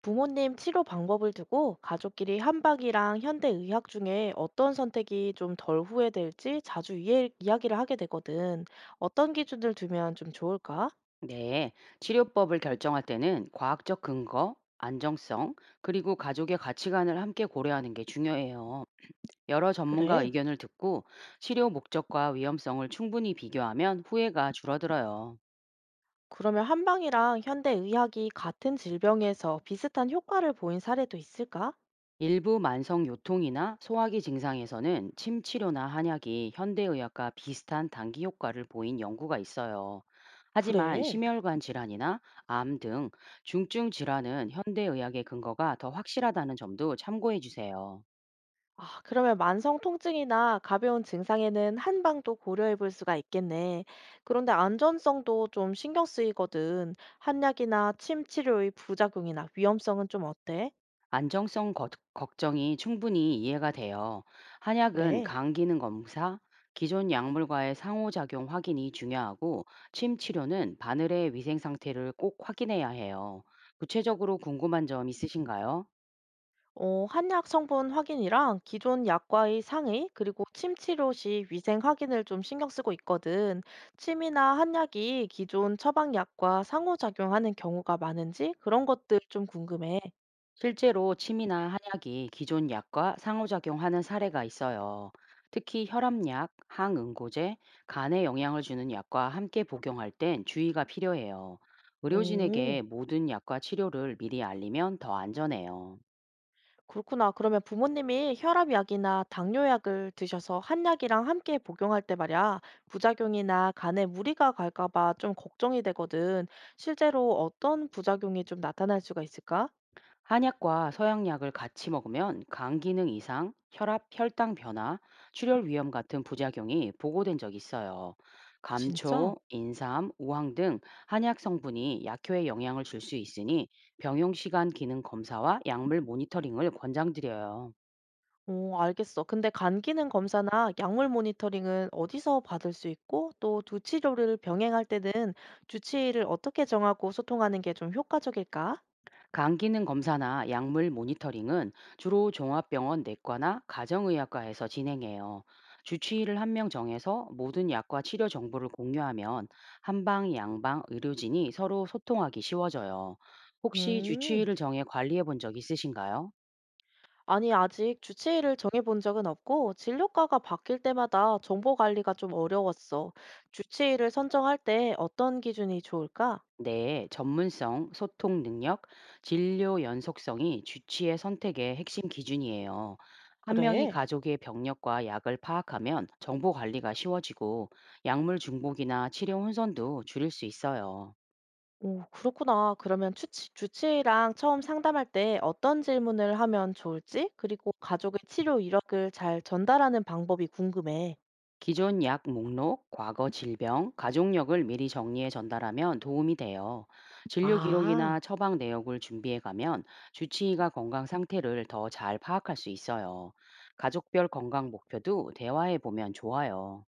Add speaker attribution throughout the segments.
Speaker 1: 부모님 치료 방법을 두고 가족끼리 한방이랑 현대의학 중에 어떤 선택이 좀 덜 후회될지 자주 이야기를 하게 되거든. 어떤 기준을 두면 좀 좋을까?
Speaker 2: 네, 치료법을 결정할 때는 과학적 근거, 안정성, 그리고 가족의 가치관을 함께 고려하는 게 중요해요. 여러 전문가
Speaker 1: 그래.
Speaker 2: 의견을 듣고 치료 목적과 위험성을 충분히 비교하면 후회가 줄어들어요.
Speaker 1: 그러면 한방이랑 현대의학이 같은 질병에서 비슷한 효과를 보인 사례도 있을까?
Speaker 2: 일부 만성 요통이나 소화기 증상에서는 침치료나 한약이 현대의학과 비슷한 단기 효과를 보인 연구가 있어요. 하지만
Speaker 1: 그래.
Speaker 2: 심혈관 질환이나 암 등 중증 질환은 현대의학의 근거가 더 확실하다는 점도 참고해 주세요.
Speaker 1: 아, 그러면 만성 통증이나 가벼운 증상에는 한방도 고려해 볼 수가 있겠네. 그런데 안전성도 좀 신경 쓰이거든. 한약이나 침 치료의 부작용이나 위험성은 좀 어때?
Speaker 2: 안정성 거- 걱정이 충분히 이해가 돼요. 한약은
Speaker 1: 그래.
Speaker 2: 간 기능 검사, 기존 약물과의 상호작용 확인이 중요하고 침 치료는 바늘의 위생 상태를 꼭 확인해야 해요. 구체적으로 궁금한 점 있으신가요?
Speaker 1: 한약 성분 확인이랑 기존 약과의 상의, 그리고 침 치료 시 위생 확인을 좀 신경 쓰고 있거든. 침이나 한약이 기존 처방약과 상호작용하는 경우가 많은지 그런 것들 좀 궁금해.
Speaker 2: 실제로 침이나 한약이 기존 약과 상호작용하는 사례가 있어요. 특히 혈압약, 항응고제, 간에 영향을 주는 약과 함께 복용할 땐 주의가 필요해요.
Speaker 1: 오.
Speaker 2: 의료진에게 모든 약과 치료를 미리 알리면 더 안전해요.
Speaker 1: 그렇구나. 그러면 부모님이 혈압약이나 당뇨약을 드셔서 한약이랑 함께 복용할 때 말이야, 부작용이나 간에 무리가 갈까 봐 좀 걱정이 되거든. 실제로 어떤 부작용이 좀 나타날 수가 있을까?
Speaker 2: 한약과 서양약을 같이 먹으면 간 기능 이상, 혈압, 혈당 변화, 출혈 위험 같은 부작용이 보고된 적이 있어요.
Speaker 1: 아, 진짜?
Speaker 2: 감초, 인삼, 우황 등 한약 성분이 약효에 영향을 줄 수 있으니 병용 시간 기능 검사와 약물 모니터링을 권장드려요.
Speaker 1: 오, 알겠어. 근데 간 기능 검사나 약물 모니터링은 어디서 받을 수 있고, 또 두 치료를 병행할 때는 주치의를 어떻게 정하고 소통하는 게 좀 효과적일까?
Speaker 2: 간 기능 검사나 약물 모니터링은 주로 종합병원 내과나 가정의학과에서 진행해요. 주치의를 한 명 정해서 모든 약과 치료 정보를 공유하면 한방, 양방, 의료진이 서로 소통하기 쉬워져요. 혹시
Speaker 1: 음.
Speaker 2: 주치의를 정해 관리해 본 적 있으신가요?
Speaker 1: 아니, 아직 주치의를 정해본 적은 없고, 진료과가 바뀔 때마다 정보 관리가 좀 어려웠어. 주치의를 선정할 때 어떤 기준이 좋을까?
Speaker 2: 네, 전문성, 소통 능력, 진료 연속성이 주치의 선택의 핵심 기준이에요. 한 명이
Speaker 1: 그래.
Speaker 2: 가족의 병력과 약을 파악하면 정보 관리가 쉬워지고 약물 중복이나 치료 혼선도 줄일 수 있어요.
Speaker 1: 오, 그렇구나. 그러면 주치의랑 처음 상담할 때 어떤 질문을 하면 좋을지, 그리고 가족의 치료 이력을 잘 전달하는 방법이 궁금해.
Speaker 2: 기존 약 목록, 과거 질병, 가족력을 미리 정리해 전달하면 도움이 돼요. 진료
Speaker 1: 아,
Speaker 2: 기록이나 처방 내역을 준비해 가면 주치의가 건강 상태를 더 잘 파악할 수 있어요. 가족별 건강 목표도 대화해 보면 좋아요.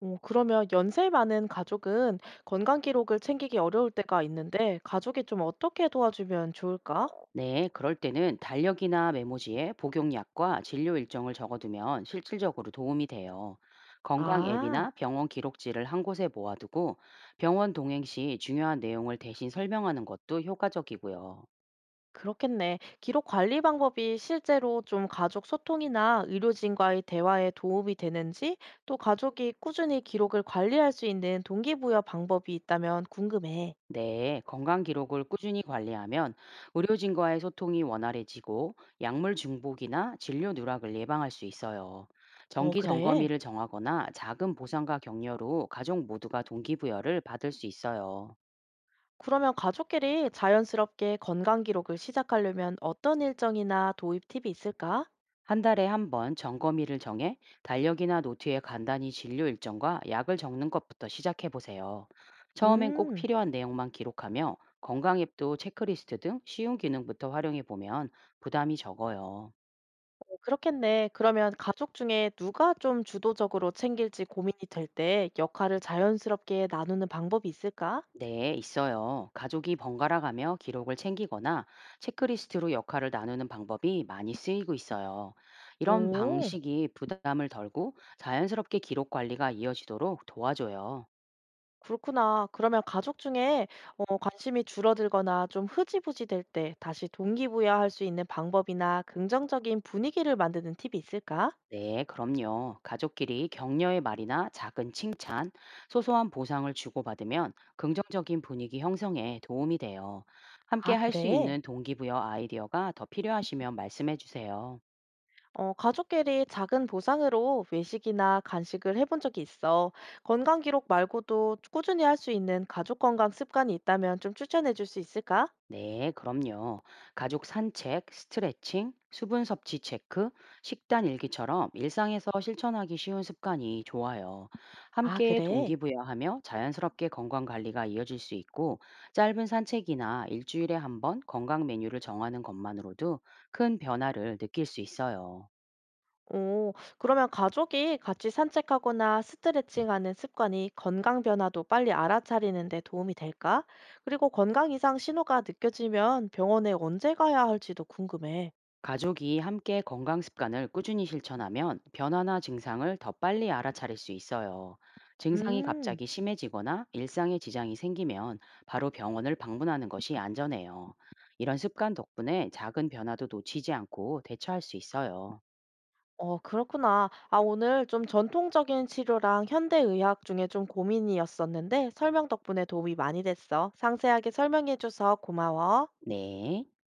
Speaker 1: 오, 그러면 연세 많은 가족은 건강 기록을 챙기기 어려울 때가 있는데, 가족이 좀 어떻게 도와주면 좋을까?
Speaker 2: 네, 그럴 때는 달력이나 메모지에 복용약과 진료 일정을 적어두면 실질적으로 도움이 돼요. 건강
Speaker 1: 아.
Speaker 2: 앱이나 병원 기록지를 한 곳에 모아두고 병원 동행 시 중요한 내용을 대신 설명하는 것도 효과적이고요.
Speaker 1: 그렇겠네. 기록 관리 방법이 실제로 좀 가족 소통이나 의료진과의 대화에 도움이 되는지, 또 가족이 꾸준히 기록을 관리할 수 있는 동기부여 방법이 있다면 궁금해.
Speaker 2: 네, 건강 기록을 꾸준히 관리하면 의료진과의 소통이 원활해지고 약물 중복이나 진료 누락을 예방할 수 있어요.
Speaker 1: 어,
Speaker 2: 정기
Speaker 1: 그래?
Speaker 2: 점검일을 정하거나 작은 보상과 격려로 가족 모두가 동기부여를 받을 수 있어요.
Speaker 1: 그러면 가족끼리 자연스럽게 건강 기록을 시작하려면 어떤 일정이나 도입 팁이 있을까?
Speaker 2: 한 달에 한 번 점검일을 정해 달력이나 노트에 간단히 진료 일정과 약을 적는 것부터 시작해 보세요. 처음엔 꼭
Speaker 1: 음,
Speaker 2: 필요한 내용만 기록하며 건강 앱도 체크리스트 등 쉬운 기능부터 활용해 보면 부담이 적어요.
Speaker 1: 어, 그렇겠네. 그러면 가족 중에 누가 좀 주도적으로 챙길지 고민이 될 때 역할을 자연스럽게 나누는 방법이 있을까?
Speaker 2: 네, 있어요. 가족이 번갈아 가며 기록을 챙기거나 체크리스트로 역할을 나누는 방법이 많이 쓰이고 있어요. 이런
Speaker 1: 오.
Speaker 2: 방식이 부담을 덜고 자연스럽게 기록 관리가 이어지도록 도와줘요.
Speaker 1: 그렇구나. 그러면 가족 중에 관심이 줄어들거나 좀 흐지부지 될 때 다시 동기부여할 수 있는 방법이나 긍정적인 분위기를 만드는 팁이 있을까?
Speaker 2: 네, 그럼요. 가족끼리 격려의 말이나 작은 칭찬, 소소한 보상을 주고받으면 긍정적인 분위기 형성에 도움이 돼요. 함께
Speaker 1: 아,
Speaker 2: 할 수
Speaker 1: 그래?
Speaker 2: 있는 동기부여 아이디어가 더 필요하시면 말씀해 주세요.
Speaker 1: 가족끼리 작은 보상으로 외식이나 간식을 해본 적이 있어. 건강 기록 말고도 꾸준히 할 수 있는 가족 건강 습관이 있다면 좀 추천해 줄 수 있을까?
Speaker 2: 네, 그럼요. 가족 산책, 스트레칭, 수분 섭취 체크, 식단 일기처럼 일상에서 실천하기 쉬운 습관이 좋아요.
Speaker 1: 아,
Speaker 2: 함께
Speaker 1: 그래?
Speaker 2: 동기부여하며 자연스럽게 건강 관리가 이어질 수 있고, 짧은 산책이나 일주일에 한 번 건강 메뉴를 정하는 것만으로도 큰 변화를 느낄 수 있어요.
Speaker 1: 오, 그러면 가족이 같이 산책하거나 스트레칭하는 습관이 건강 변화도 빨리 알아차리는 데 도움이 될까? 그리고 건강 이상 신호가 느껴지면 병원에 언제 가야 할지도 궁금해.
Speaker 2: 가족이 함께 건강 습관을 꾸준히 실천하면 변화나 증상을 더 빨리 알아차릴 수 있어요. 증상이
Speaker 1: 음,
Speaker 2: 갑자기 심해지거나 일상에 지장이 생기면 바로 병원을 방문하는 것이 안전해요. 이런 습관 덕분에 작은 변화도 놓치지 않고 대처할 수 있어요.
Speaker 1: 그렇구나. 아, 오늘 좀 전통적인 치료랑 현대의학 중에 좀 고민이었었는데 설명 덕분에 도움이 많이 됐어. 상세하게 설명해줘서 고마워.
Speaker 2: 네.